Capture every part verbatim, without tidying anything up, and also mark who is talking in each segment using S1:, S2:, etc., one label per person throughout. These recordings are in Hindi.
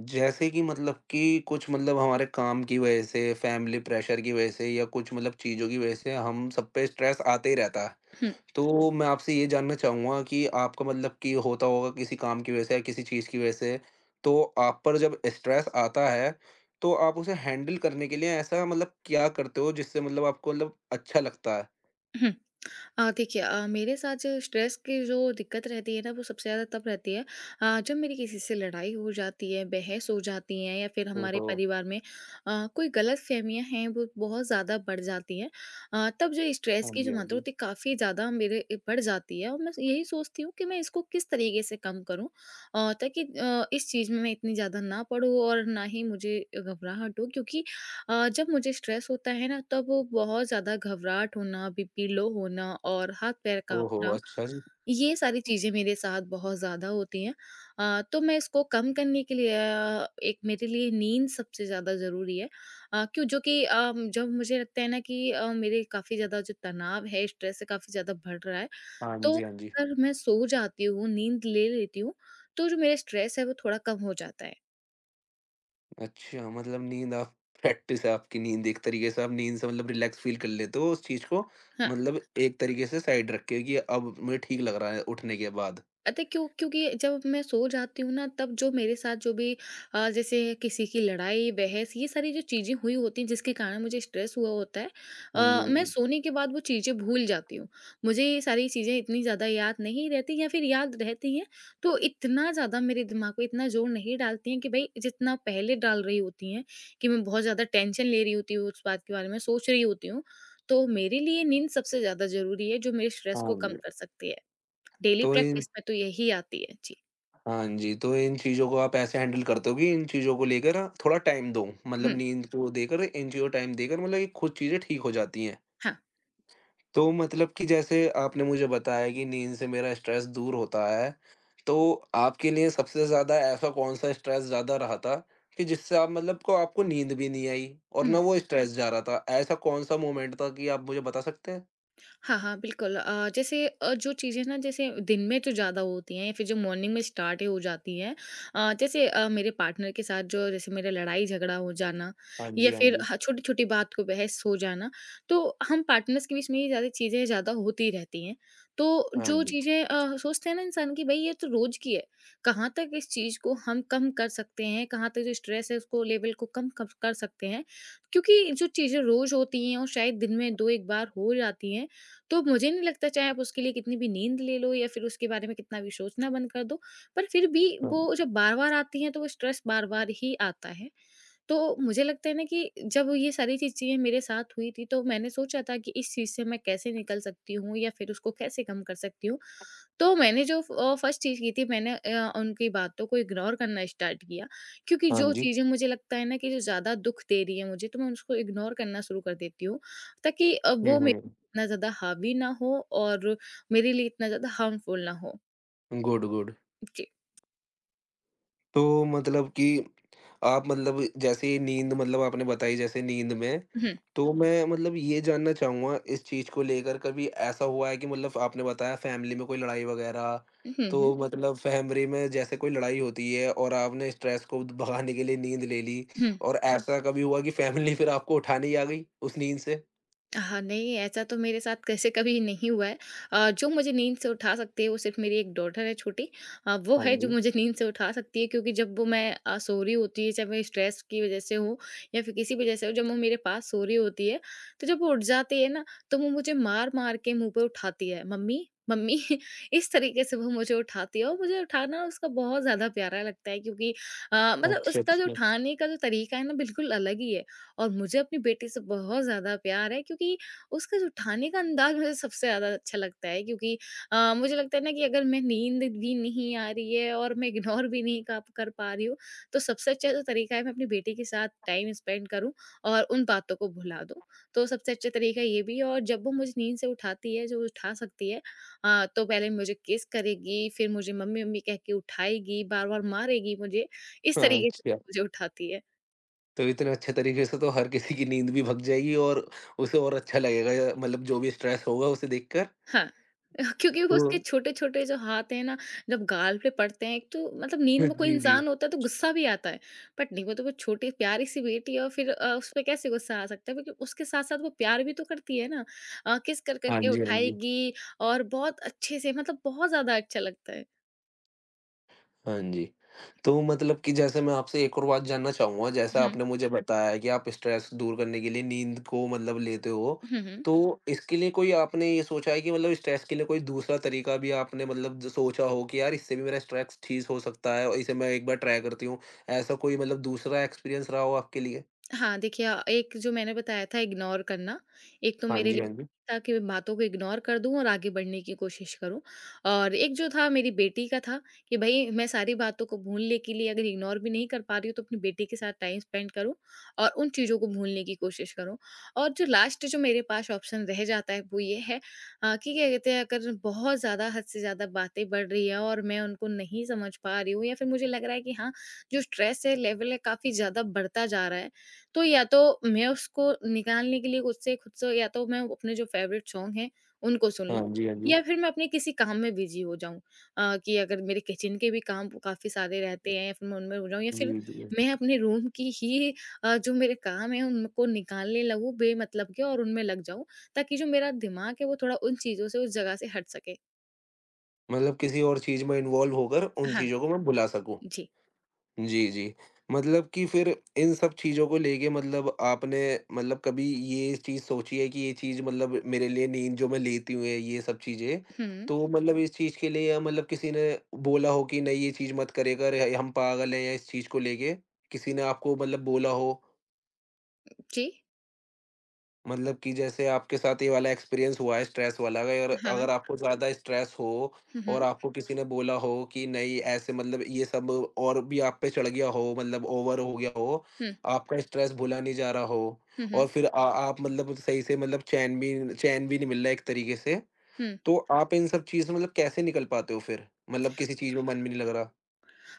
S1: जैसे कि मतलब कि कुछ मतलब हमारे काम की वजह से, फैमिली प्रेशर की वजह से या कुछ मतलब चीज़ों की वजह से हम सब पे स्ट्रेस आते ही रहता है।
S2: हुँ,
S1: तो मैं आपसे ये जानना चाहूँगा कि आपका मतलब कि होता होगा किसी काम की वजह से या किसी चीज़ की वजह से, तो आप पर जब स्ट्रेस आता है, तो आप उसे हैंडल करने के लिए ऐसा मतलब क्या करते हो जिससे मतलब आपको मतलब अच्छा लगता है?
S2: हुँ। अ, देखिए, अ, मेरे साथ जो स्ट्रेस की जो दिक्कत रहती है ना, वो सबसे ज़्यादा तब रहती है अ, जब मेरी किसी से लड़ाई हो जाती है, बहस हो जाती है, या फिर हमारे
S1: ओहो!
S2: परिवार में अ, कोई गलतफ़हमियाँ हैं वो बहुत ज़्यादा बढ़ जाती हैं। अ, तब जो स्ट्रेस
S1: हाँ
S2: की
S1: जी,
S2: जो
S1: हाँ
S2: मात्रा
S1: जी।
S2: होती है काफ़ी ज़्यादा मेरे ए बढ़ जाती है, और मैं यही सोचती हूँ कि मैं इसको किस तरीके से कम करूँ अ, ताकि अ, इस चीज़ में मैं इतनी ज़्यादा ना पड़ूँ और ना ही मुझे घबराहट हो। क्योंकि अ, जब मुझे स्ट्रेस होता है ना, तब वो बहुत ज़्यादा घबराहट होना, बीपी लो होना और हाथ-पैर
S1: ओहो!
S2: काँपना,
S1: अच्छा जी।
S2: ये सारी चीज़ें मेरे साथ बहुत ज़्यादा होती हैं। अ, तो मैं इसको कम करने के लिए अ, एक, मेरे लिए नींद सबसे ज़्यादा ज़रूरी है। अ, क्यों जो कि अ, जब मुझे लगता है ना कि अ, मेरे काफ़ी ज़्यादा जो तनाव है, स्ट्रेस है, काफ़ी ज़्यादा बढ़ रहा है,
S1: हाँ
S2: तो
S1: जी, हाँ जी।
S2: अगर मैं सो जाती हूँ, नींद ले लेती हूँ, तो जो मेरा स्ट्रेस है वो थोड़ा कम हो जाता है।
S1: अच्छा, मतलब नींद आप प्रैक्टिस है आपकी नींद एक तरीके से आप नींद से मतलब रिलैक्स फ़ील कर लेते हो उस चीज़ को
S2: हाँ।
S1: मतलब एक तरीके से साइड रख के कि अब मुझे ठीक लग रहा है उठने के बाद।
S2: अतः क्यों, क्योंकि जब मैं सो जाती हूँ ना, तब जो मेरे साथ जो भी अ, जैसे किसी की लड़ाई, बहस, ये सारी जो चीज़ें हुई होती हैं जिसके कारण मुझे स्ट्रेस हुआ होता है,
S1: हाँ जी,
S2: अ,
S1: हाँ
S2: मैं
S1: जी।
S2: सोने के बाद वो चीज़ें भूल जाती हूँ। मुझे ये सारी चीज़ें इतनी ज़्यादा याद नहीं रहती, या फिर याद रहती हैं तो इतना ज़्यादा मेरे दिमाग पे इतना जोर नहीं डालती हैं कि भई जितना पहले डाल रही होती हैं, कि मैं बहुत ज़्यादा टेंशन ले रही होती हूँ, उस बात के बारे में सोच रही होती हूँ। तो मेरे लिए नींद सबसे ज़्यादा ज़रूरी है, जो मेरे स्ट्रेस को
S1: हाँ
S2: कम
S1: जी।
S2: कर सकती है। डेली
S1: तो इन
S2: प्रैक्टिस में तो यही आती है। जी।
S1: हाँ जी, तो इन चीज़ों को आप ऐसे हैंडल करते हो कि इन चीज़ों को लेकर आप थोड़ा टाइम दो, मतलब
S2: हुँ,
S1: नींद को देकर इन चीज़ों को टाइम देकर मतलब ये खुद चीज़ें ठीक हो जाती हैं।
S2: हाँ।
S1: तो मतलब कि जैसे आपने मुझे बताया कि नींद से मेरा स्ट्रेस दूर होता है। तो आपके लिए सबसे ज़्यादा ऐसा कौन-सा स्ट्रेस ज़्यादा रहा था कि जिससे आप मतलब को आपको नींद भी नहीं आई और
S2: हुँ।
S1: ना वो स्ट्रेस जा रहा था? ऐसा कौन-सा मोमेंट था कि आप मुझे बता सकते हैं?
S2: हाँ, हाँ, बिल्कुल। अ, जैसे अ, जो चीज़ें ना, जैसे दिन में जो ज़्यादा होती हैं या फिर जो मॉर्निंग में स्टार्ट हो जाती हैं, अ, जैसे अ, मेरे पार्टनर के साथ जो, जैसे मेरा लड़ाई-झगड़ा हो जाना,
S1: हाँ
S2: या
S1: जी, हाँ
S2: फिर
S1: जी।
S2: ह छोटी-छोटी बात को बहस हो जाना। तो हम पार्टनर्स के बीच में ये ज़्यादा चीज़ें ज़्यादा होती रहती हैं। तो
S1: हाँ
S2: जो
S1: जी।
S2: चीज़ें अ, सोचते हैं ना इंसान कि भई ये तो रोज़ की है, कहाँ तक इस चीज़ को हम कम कर सकते हैं, कहाँ तक जो स्ट्रेस है उसको, लेवल को कम कब कर सकते हैं। क्योंकि जो चीज़ें रोज़ होती हैं और शायद दिन में दो एक बार हो जाती हैं, तो मुझे नहीं लगता चाहे आप उसके लिए कितनी भी नींद ले लो या फिर उसके बारे में कितना भी सोचना बंद कर दो, पर फिर भी
S1: हाँ,
S2: वो जब बार-बार आती है तो वो स्ट्रेस बार-बार ही आता है। तो मुझे लगता है ना कि जब ये सारी चीज़ चीज़ें मेरे साथ हुई थी, तो मैंने सोचा था कि इस चीज़ से मैं कैसे निकल सकती हूँ, या फिर उसको कैसे कम कर सकती हूँ। तो मैंने जो फ अ, फर्स्ट चीज़ की थी, मैंने अ, उनकी बातों को इग्नोर करना स्टार्ट किया। क्योंकि
S1: हाँ
S2: जो
S1: जी।
S2: चीज़ें मुझे लगता है ना कि जो ज़्यादा दुःख दे रही है मुझे, तो मैं उसको इग्नोर करना शुरू कर देती हूँ, ताकि अ,
S1: हुँ,
S2: वो मेरे
S1: हुँ।
S2: पे इतना ज़्यादा हावी ना हो और मेरे लिए इतना ज़्यादा हार्मफुल ना हो।
S1: Good, good.
S2: जी।
S1: तो मतलब कि आप मतलब जैसे नींद मतलब आपने बताई जैसे नींद में,
S2: हुँ।
S1: तो मैं मतलब ये जानना चाहूँगा इस चीज़ को लेकर कभी ऐसा हुआ है कि मतलब आपने बताया फैमिली में कोई लड़ाई वगैरह,
S2: हुँ, हुँ।
S1: तो मतलब फैमिली में जैसे कोई लड़ाई होती है और आपने स्ट्रेस को भगाने के लिए नींद ले ली
S2: हुँ।
S1: और ऐसा कभी हुआ कि फैमिली फिर आपको उठाने ही आ गई उस नींद से?
S2: हाँ, नहीं, ऐसा तो मेरे साथ वैसे कभी नहीं हुआ है। अ, जो मुझे नींद से उठा सकती है वो सिर्फ़ मेरी एक डॉटर है, छोटी। अ, वो
S1: हाँ
S2: है जो
S1: जी।
S2: मुझे नींद से उठा सकती है, क्योंकि जब वो मैं अ, सो रही होती है, चाहे मैं स्ट्रेस की वज़ह से हो या फिर किसी वज़ह से हो, जब वो मेरे पास सो रही होती है, तो जब वो उठ जाती है ना, तो वो मुझे मार-मार के मुँह पे उठाती है, "मम्मी, मम्मी" इस तरीके से वो मुझे उठाती है, और मुझे उठाना उसका बहुत ज़्यादा प्यारा लगता है। क्योंकि अ, मतलब
S1: अच्छा,
S2: उसका जो
S1: अच्छा।
S2: उठाने का जो तरीका है ना, बिल्कुल अलग ही है। और मुझे अपनी बेटी से बहुत ज़्यादा प्यार है, क्योंकि उसका जो उठाने का अंदाज़ मुझे सबसे ज़्यादा अच्छा लगता है। क्योंकि अ, मुझे लगता है ना कि अगर मैं नींद भी नहीं आ रही है और मैं इग्नोर भी नहीं कर कर पा रही हूँ, तो सबसे अच्छा जो तरीका है, मैं अपनी बेटी के साथ टाइम स्पेंड करूँ और उन बातों को भुला दूँ। तो सबसे अच्छा तरीका ये भी है, और जब वो मुझे नींद से उठाती है, जो उठा सकती है, आ, तो पहले मुझे किस करेगी, फिर मुझे मम्मी मम्मी कह के उठाएगी, बार बार मारेगी मुझे, इस
S1: हाँ,
S2: तरीके से
S1: अच्छा।
S2: मुझे उठाती है।
S1: तो इतने अच्छे तरीके से तो हर किसी की नींद भी भग जाएगी और उसे और अच्छा लगेगा या मतलब जो भी स्ट्रेस होगा उसे देखकर
S2: हाँ, क्योंकि वो
S1: तो
S2: उसके छोटे-छोटे जो हाथ हैं ना, जब गाल पे पड़ते हैं, एक तो मतलब नींद में कोई
S1: जी, जी।
S2: इंसान होता है तो गुस्सा भी आता है। बट नहीं, वो तो वो छोटी प्यारी-सी बेटी है, और फिर अ, उसपे कैसे गुस्सा आ सकता है? क्योंकि उसके साथ-साथ वो प्यार भी तो करती है ना। अ, किस कर कर
S1: हाँ
S2: के
S1: जी, हाँ जी।
S2: उठाएगी, और बहुत अच्छे से मतलब बहुत ज़्यादा अच्छा लगता है।
S1: हाँ जी। तो मतलब कि जैसे मैं आपसे एक और बात जानना चाहूँगा, जैसा
S2: हुँ।
S1: आपने मुझे बताया है कि आप स्ट्रेस दूर करने के लिए नींद को मतलब लेते हो,
S2: हुँ, हुँ।
S1: तो इसके लिए कोई आपने ये सोचा है कि मतलब स्ट्रेस के लिए कोई दूसरा तरीका भी आपने मतलब ज सोचा हो कि यार इससे भी मेरा स्ट्रेस ठीक हो सकता है और इसे मैं एक बार ट्राई करती हूँ, ऐसा कोई मतलब दूसरा एक्सपीरियंस रहा हो आपके लिए?
S2: हाँ, देखिए, अ, एक जो मैंने बताया था इग्नोर करना, एक तो
S1: हाँ
S2: मेरे
S1: जी,
S2: लिए
S1: हाँ जी।
S2: था कि मैं बातों को इग्नोर कर दूँ और आगे बढ़ने की कोशिश करूँ। और एक जो था, मेरी बेटी का था, कि भई मैं सारी बातों को भूलने के लिए अगर इग्नोर भी नहीं कर पा रही हूँ, तो अपनी बेटी के साथ टाइम स्पेंड करूँ और उन चीज़ों को भूलने की कोशिश करूँ। और जो लास्ट जो मेरे पास ऑप्शन रह जाता है वो ये है, अ, कि क्या कहते हैं, अगर बहुत ज़्यादा हद से ज़्यादा बातें बढ़ रही है और मैं उनको नहीं समझ पा रही हूँ, या फिर मुझे लग रहा है कि हाँ, जो स्ट्रेस है, लेवल है, काफ़ी ज़्यादा बढ़ता जा रहा है, तो या तो मैं उसको निकालने के लिए खुद से खुद से या तो मैं अपने जो फ़ेवरेट सॉन्ग हैं, उनको सुन
S1: हाँ
S2: लूँ,
S1: जी, हाँ जी।
S2: या फिर मैं अपने किसी काम में बिज़ी हो जाऊँ। अ, कि अगर मेरे किचन के भी काम काफ़ी सारे रहते हैं या फिर मैं उनमें हो जाऊँ, या फिर
S1: जी, जी।
S2: मैं अपने रूम की ही अ, जो मेरे काम हैं उनको निकालने लगूँ बेमतलब के, और उनमें लग जाऊँ, ताकि जो मेरा दिमाग है वो थोड़ा उन चीज़ों से, उस जगह से हट सके।
S1: मतलब किसी और चीज़ में इन्वॉल्व होकर उन
S2: हाँ,
S1: चीज़ों को मैं भुला सकूँ।
S2: जी।
S1: जी, जी। मतलब कि फिर इन सब चीज़ों को लेके मतलब आपने मतलब कभी ये चीज़ सोची है कि ये चीज़ मतलब मेरे लिए नींद जो मैं लेती हूँ ये सब चीज़ें,
S2: हुँ,
S1: तो मतलब इस चीज़ के लिए या मतलब किसी ने बोला हो कि नहीं ये चीज़ मत करे कर, हम पागल हैं या इस चीज़ को लेके? किसी ने आपको मतलब बोला हो?
S2: जी।
S1: मतलब कि जैसे आपके साथ ये वाला एक्सपीरियंस हुआ है स्ट्रेस वाला अगर
S2: हाँ।
S1: अगर आपको ज़्यादा स्ट्रेस हो
S2: हुँ, हुँ।
S1: और आपको किसी ने बोला हो कि नहीं ऐसे मतलब ये सब और भी आप पे चढ़ गया हो मतलब ओवर हो गया हो,
S2: हुँ,
S1: आपका स्ट्रेस भुला नहीं जा रहा हो
S2: हुँ, हुँ,
S1: और फिर आ आप मतलब सही से मतलब चैन भी चैन भी नहीं मिल रहा है एक तरीके से,
S2: हुँ।
S1: तो आप इन सब चीज़ से मतलब कैसे निकल पाते हो फिर? मतलब किसी चीज़ में मन भी नहीं लग रहा?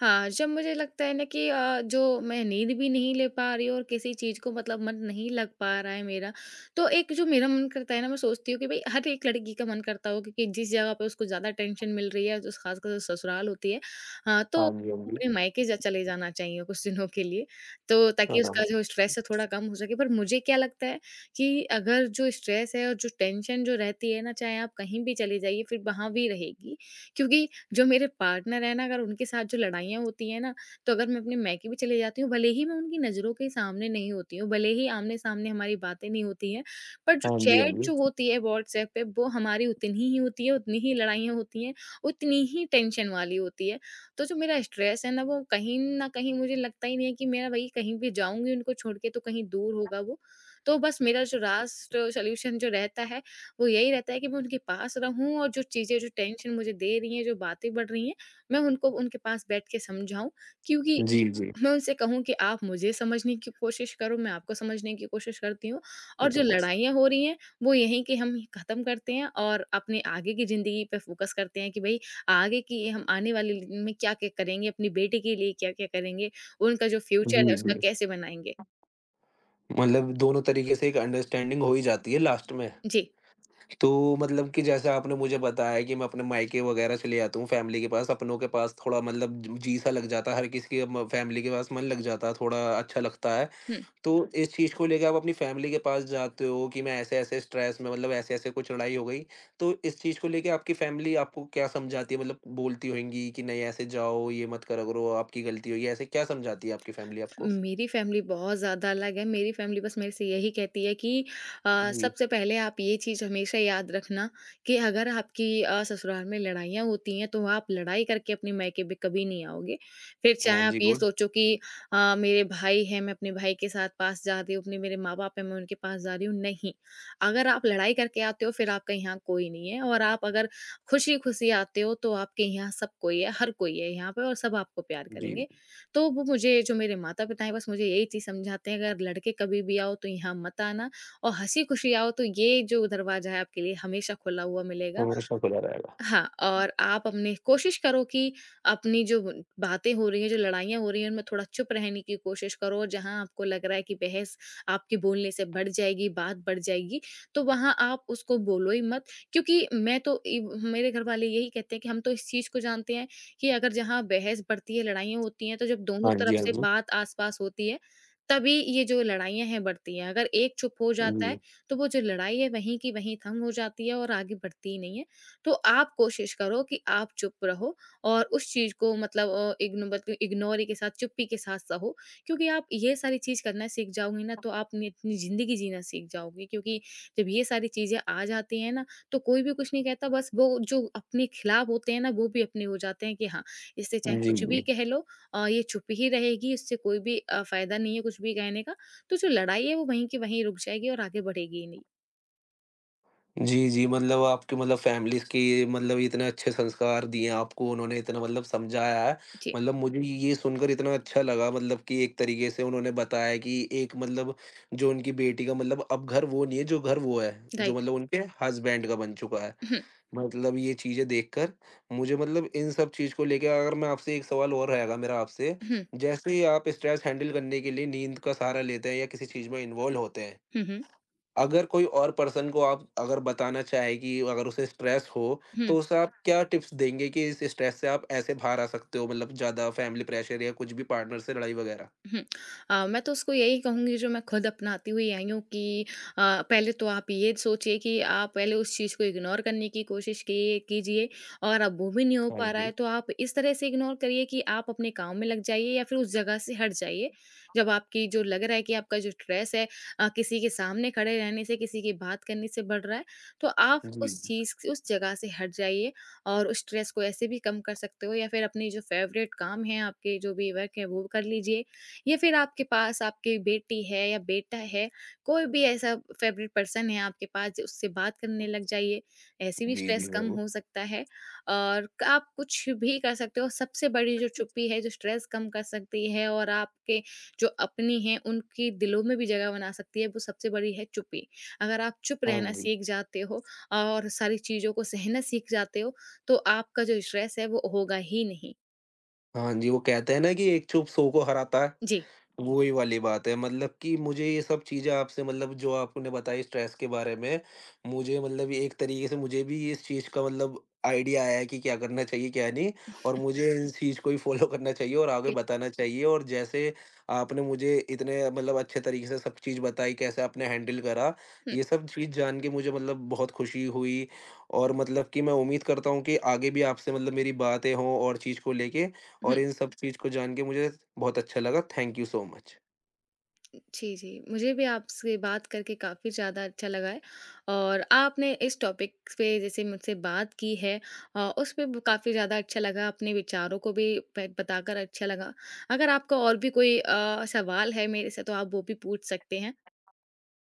S2: हाँ, जब मुझे लगता है ना कि अ, जो मैं नींद भी नहीं ले पा रही हूँ और किसी चीज़ को मतलब मन नहीं लग पा रहा है मेरा, तो एक जो मेरा मन करता है ना, मैं सोचती हूँ कि भई हर एक लड़की का मन करता होगा कि जिस जगह पे उसको ज़्यादा टेंशन मिल रही है, जो ख़ासकर ससुराल होती है, अ, तो
S1: हाँ जी, हाँ जी।
S2: अपने मायके जा चले जाना चाहिए कुछ दिनों के लिए, तो ताकि
S1: हाँ,
S2: उसका जो स्ट्रेस है थोड़ा कम हो सके। पर मुझे क्या लगता है कि अगर जो स्ट्रेस है और जो टेंशन जो रहती है ना, चाहे आप कहीं भी चले जाइए, फिर वहाँ भी रहेगी। क्योंकि जो मेरे पार्टनर है ना, अगर उनके साथ जो लड़ाइयाँ होती हैं ना, तो अगर मैं अपने मायके भी चली जाती हूँ, भले ही मैं उनकी नज़रों के सामने नहीं होती हूँ, भले ही आमने-सामने हमारी बातें नहीं होती हैं, पर जो
S1: हाँ जी, हाँ
S2: चैट जो
S1: जी।
S2: होती है व्हाट्सएप पे, वो हमारी उतनी ही होती है, उतनी ही लड़ाइयाँ होती हैं, उतनी ही टेंशन वाली होती है। तो जो मेरा स्ट्रेस है ना, वो कहीं न कहीं मुझे लगता ही नहीं है कि मेरा वही, कहीं भी जाऊँगी उनको छोड़ के, तो कहीं दूर होगा वो। तो बस मेरा जो लास्ट सॉल्यूशन जो रहता है, वो यही रहता है कि मैं उनके पास रहूँ और जो चीज़ें, जो टेंशन मुझे दे रही हैं, जो बातें बढ़ रही हैं, मैं उनको उनके पास बैठ के समझाऊँ। क्योंकि
S1: जी, जी।
S2: मैं उनसे कहूँ कि आप मुझे समझने की कोशिश करो, मैं आपको समझने की कोशिश करती हूँ, और जो लड़ाइयाँ हो रही हैं, वो यहीं कि हम ख़त्म करते हैं, और अपने आगे की ज़िंदगी पे फ़ोकस करते हैं, कि भई आगे की, हम आने वाले दिन में क्या-क्या करेंगे, अपनी बेटी के लिए क्या-क्या करेंगे, उनका जो फ्यूचर है
S1: जी,
S2: उसका
S1: जी।
S2: कैसे बनाएँगे?
S1: मतलब दोनों तरीके से एक अंडरस्टैंडिंग हो ही जाती है लास्ट में।
S2: जी।
S1: तो मतलब कि जैसे आपने मुझे बताया कि मैं अपने मायके वगैरह चले जाता हूँ फ़ैमिली के पास, अपनों के पास थोड़ा मतलब ज जी-सा लग जाता है, हर किसी के म फ़ैमिली के पास मन लग जाता है, थोड़ा अच्छा लगता है।
S2: हुँ।
S1: तो इस चीज़ को लेके आप अपनी फ़ैमिली के पास जाते हो कि मैं ऐसे-ऐसे स्ट्रेस में मतलब ऐसे-ऐसे कुछ लड़ाई हो गई। तो इस चीज़ को लेके आपकी फ़ैमिली आपको क्या समझाती है? मतलब बोलती होंगी कि नहीं ऐसे जाओ, ये मत करा करो, आपकी गलती हुई है, ऐसे क्या समझाती है आपकी फ़ैमिली आपको?
S2: मेरी फैमिली बहुत ज़्यादा अलग है। मेरी फैमिली बस मेरे से यही कहती है कि अ,
S1: जी।
S2: सबसे पहले आप ये चीज़ हमेशा याद रखना कि अगर आपकी अ, ससुराल में लड़ाइयाँ होती हैं, तो आप लड़ाई करके अपने मायके में कभी नहीं आओगे। फिर
S1: हाँ
S2: चाहे आप
S1: जी,
S2: ये
S1: गुड।
S2: सोचो कि अ, मेरे भाई हैं, मैं अपने भाई के साथ पास जा रही हूँ, अपने मेरे माँ-बाप हैं, मैं उनके पास जा रही हूँ, नहीं। अगर आप लड़ाई करके आते हो, फिर आपका यहाँ कोई नहीं है और आप अगर खुशी-खुशी आते हो, तो आपके यहाँ सब कोई है, हर कोई है यहाँ पे और सब आपको प्यार
S1: जी।
S2: करेंगे। तो वो मुझे जो मेरे माता-पिता हैं बस मुझे यही चीज़ समझाते हैं अगर लड़के कभी भी आओ तो यहाँ मत आना और हँसी-खुशी आओ तो ये जो दरवाज़ा है आपके लिए हमेशा खुला हुआ मिलेगा।
S1: हमेशा खुला रहेगा।
S2: हाँ, और आप अपनी कोशिश करो कि अपनी जो ब- बातें हो रही हैं, जो लड़ाइयाँ हो रही हैं, उनमें थोड़ा चुप रहने की कोशिश करो और जहाँ आपको लग रहा है कि बहस आपके बोलने से बढ़ जाएगी, बात बढ़ जाएगी, तो वहाँ आप उसको बोलो ही मत। क्योंकि मैं तो इ मेरे घरवाले यही कहते हैं कि हम तो इस चीज़ को जानते हैं कि अगर जहाँ बहस बढ़ती है, लड़ाइयाँ होती हैं, तो जब दोनों
S1: हाँ
S2: तरफ
S1: जी, हाँ
S2: से
S1: जी।
S2: बात आस-पास होती है, तभी ये जो लड़ाइयाँ हैं बढ़ती हैं। अगर एक चुप हो जाता
S1: जी।
S2: है, तो वो जो लड़ाई है वहीं की वहीं थम हो जाती है और आगे बढ़ती ही नहीं है। तो आप कोशिश करो कि आप चुप रहो और उस चीज़ को मतलब अ, इग्न मतलब इग्नोरी के साथ, चुप्पी के साथ सहो क्योंकि आप ये सारी चीज़ करना सीख जाओगी ना तो आप अपनी अपनी ज़िंदगी जीना सीख जाओगी क्योंकि जब ये सारी चीज़ें आ जाती हैं ना, तो कोई भी कुछ नहीं कहता बस वो जो अपने खिलाफ होते हैं ना, वो भी अपने हो जाते हैं कि हाँ, इससे चाहे
S1: जी,
S2: कुछ भी
S1: जी।
S2: कह लो अ, ये चुप ही रहेगी, इससे कोई भी अ, फ़ायदा नहीं है कुछ भी कहने का। तो जो लड़ाई है वो वहीं की वहीं रुक जाएगी और आगे बढ़ेगी ही नहीं।
S1: जी, जी, मतलब आपकी मतलब फैमिलीज़ की मतलब इतने अच्छे संस्कार दिए आपको उन्होंने इतना मतलब समझाया है।
S2: जी,
S1: मतलब मुझे ये सुनकर इतना अच्छा लगा मतलब कि एक तरीके से उन्होंने बताया कि एक मतलब जो उनकी बेटी का मतलब अब घर वो नहीं है, जो घर वो है, जो
S2: राइट।
S1: मतलब उनके हस्बैंड का बन चुका है।
S2: हुँ,
S1: मतलब ये चीज़ें देखकर मुझे मतलब इन सब चीज़ को लेके अगर मैं आपसे एक सवाल और रहेगा मेरा आपसे,
S2: हुँ,
S1: जैसे ही आप स्ट्रेस हैंडल करने के लिए नींद का सहारा लेते हैं या किसी चीज़ में इन्वॉल्व होते हैं,
S2: हुँ, हुँ,
S1: अगर कोई और पर्सन को आप अगर बताना चाहें कि अगर उसे स्ट्रेस हो,
S2: हुँ।
S1: तो उसे आप क्या टिप्स देंगे कि इस स्ट्रेस से आप ऐसे बाहर आ सकते हो मतलब ज़्यादा फैमिली प्रेशर या कुछ भी पार्टनर से लड़ाई वगैरह?
S2: हुँ। अ, मैं तो उसको यही कहूँगी जो मैं खुद अपनाती हुई आई हूँ कि अ, पहले तो आप ये सोचिए कि आप पहले उस चीज़ को इग्नोर करने की कोशिश किए कीजिए और अब वो भी नहीं हो
S1: हाँ
S2: पा रहा
S1: जी।
S2: है तो आप इस तरह से इग्नोर करिए कि आप अपने काम में लग जाइए या फिर उस जगह से हट जाइए। जब आपकी जो लग रहा है कि आपका जो स्ट्रेस है अ, किसी के सामने खड़े रहने से, किसी की बात करने से बढ़ रहा है, तो आप
S1: जी,
S2: उस
S1: जी।
S2: चीज़ उस जगह से हट जाइए और उस स्ट्रेस को ऐसे भी कम कर सकते हो या फिर अपनी जो फ़ेवरेट काम है, आपके जो भी वर्क है वो कर लीजिए या फिर आपके पास आपकी बेटी है या बेटा है, कोई भी ऐसा फेवरेट पर्सन है आपके पास ज उससे बात करने लग जाइए, ऐसे भी
S1: जी,
S2: स्ट्रेस
S1: जी,
S2: कम
S1: ज़रूर।
S2: हो सकता है। और क आप कुछ भी कर सकते हो, सबसे बड़ी जो चुप्पी है, जो स्ट्रेस कम कर सकती है और आपके जो अपनी हैं, उनकी दिलों में भी जगह बना सकती है, वो सबसे बड़ी है चुप्पी। अगर आप चुप
S1: हाँ
S2: रहना
S1: जी।
S2: सीख जाते हो और सारी चीज़ों को सहना सीख जाते हो, तो आपका जो स्ट्रेस है, वो होगा ही नहीं।
S1: हाँ जी, वो कहते हैं ना कि एक चुप सौ को हराता है।
S2: जी,
S1: वही वाली बात है मतलब कि मुझे ये सब चीज़ें आपसे मतलब जो आपने बताई स्ट्रेस के बारे में, मुझे मतलब ये एक तरीके से मुझे भी इस चीज़ का मतलब आइडिया आया है कि क्या करना चाहिए, क्या नहीं और मुझे इस चीज़ को ही फ़ॉलो करना चाहिए और आगे
S2: बिल
S1: बताना चाहिए और जैसे आपने मुझे इतने मतलब अच्छे तरीके से सब चीज़ बताई, कैसे आपने हैंडल करा,
S2: हुँ,
S1: ये सब चीज़ जान के मुझे मतलब बहुत खुशी हुई और मतलब कि मैं उम्मीद करता हूँ कि आगे भी आपसे मतलब मेरी बातें हों और चीज़ को लेके और
S2: हुँ।
S1: इन सब चीज़ को जान के मुझे बहुत अच्छा लगा। Thank you so much.
S2: जी, जी। मुझे भी आपसे बात करके काफ़ी ज़्यादा अच्छा लगा है और आपने इस टॉपिक पे जैसे मुझसे बात की है अ, उस पे ब काफ़ी ज़्यादा अच्छा लगा, अपने विचारों को भी ब बताकर अच्छा लगा। अगर आपका और भी कोई अ, सवाल है मेरे से तो आप वो भी पूछ सकते हैं।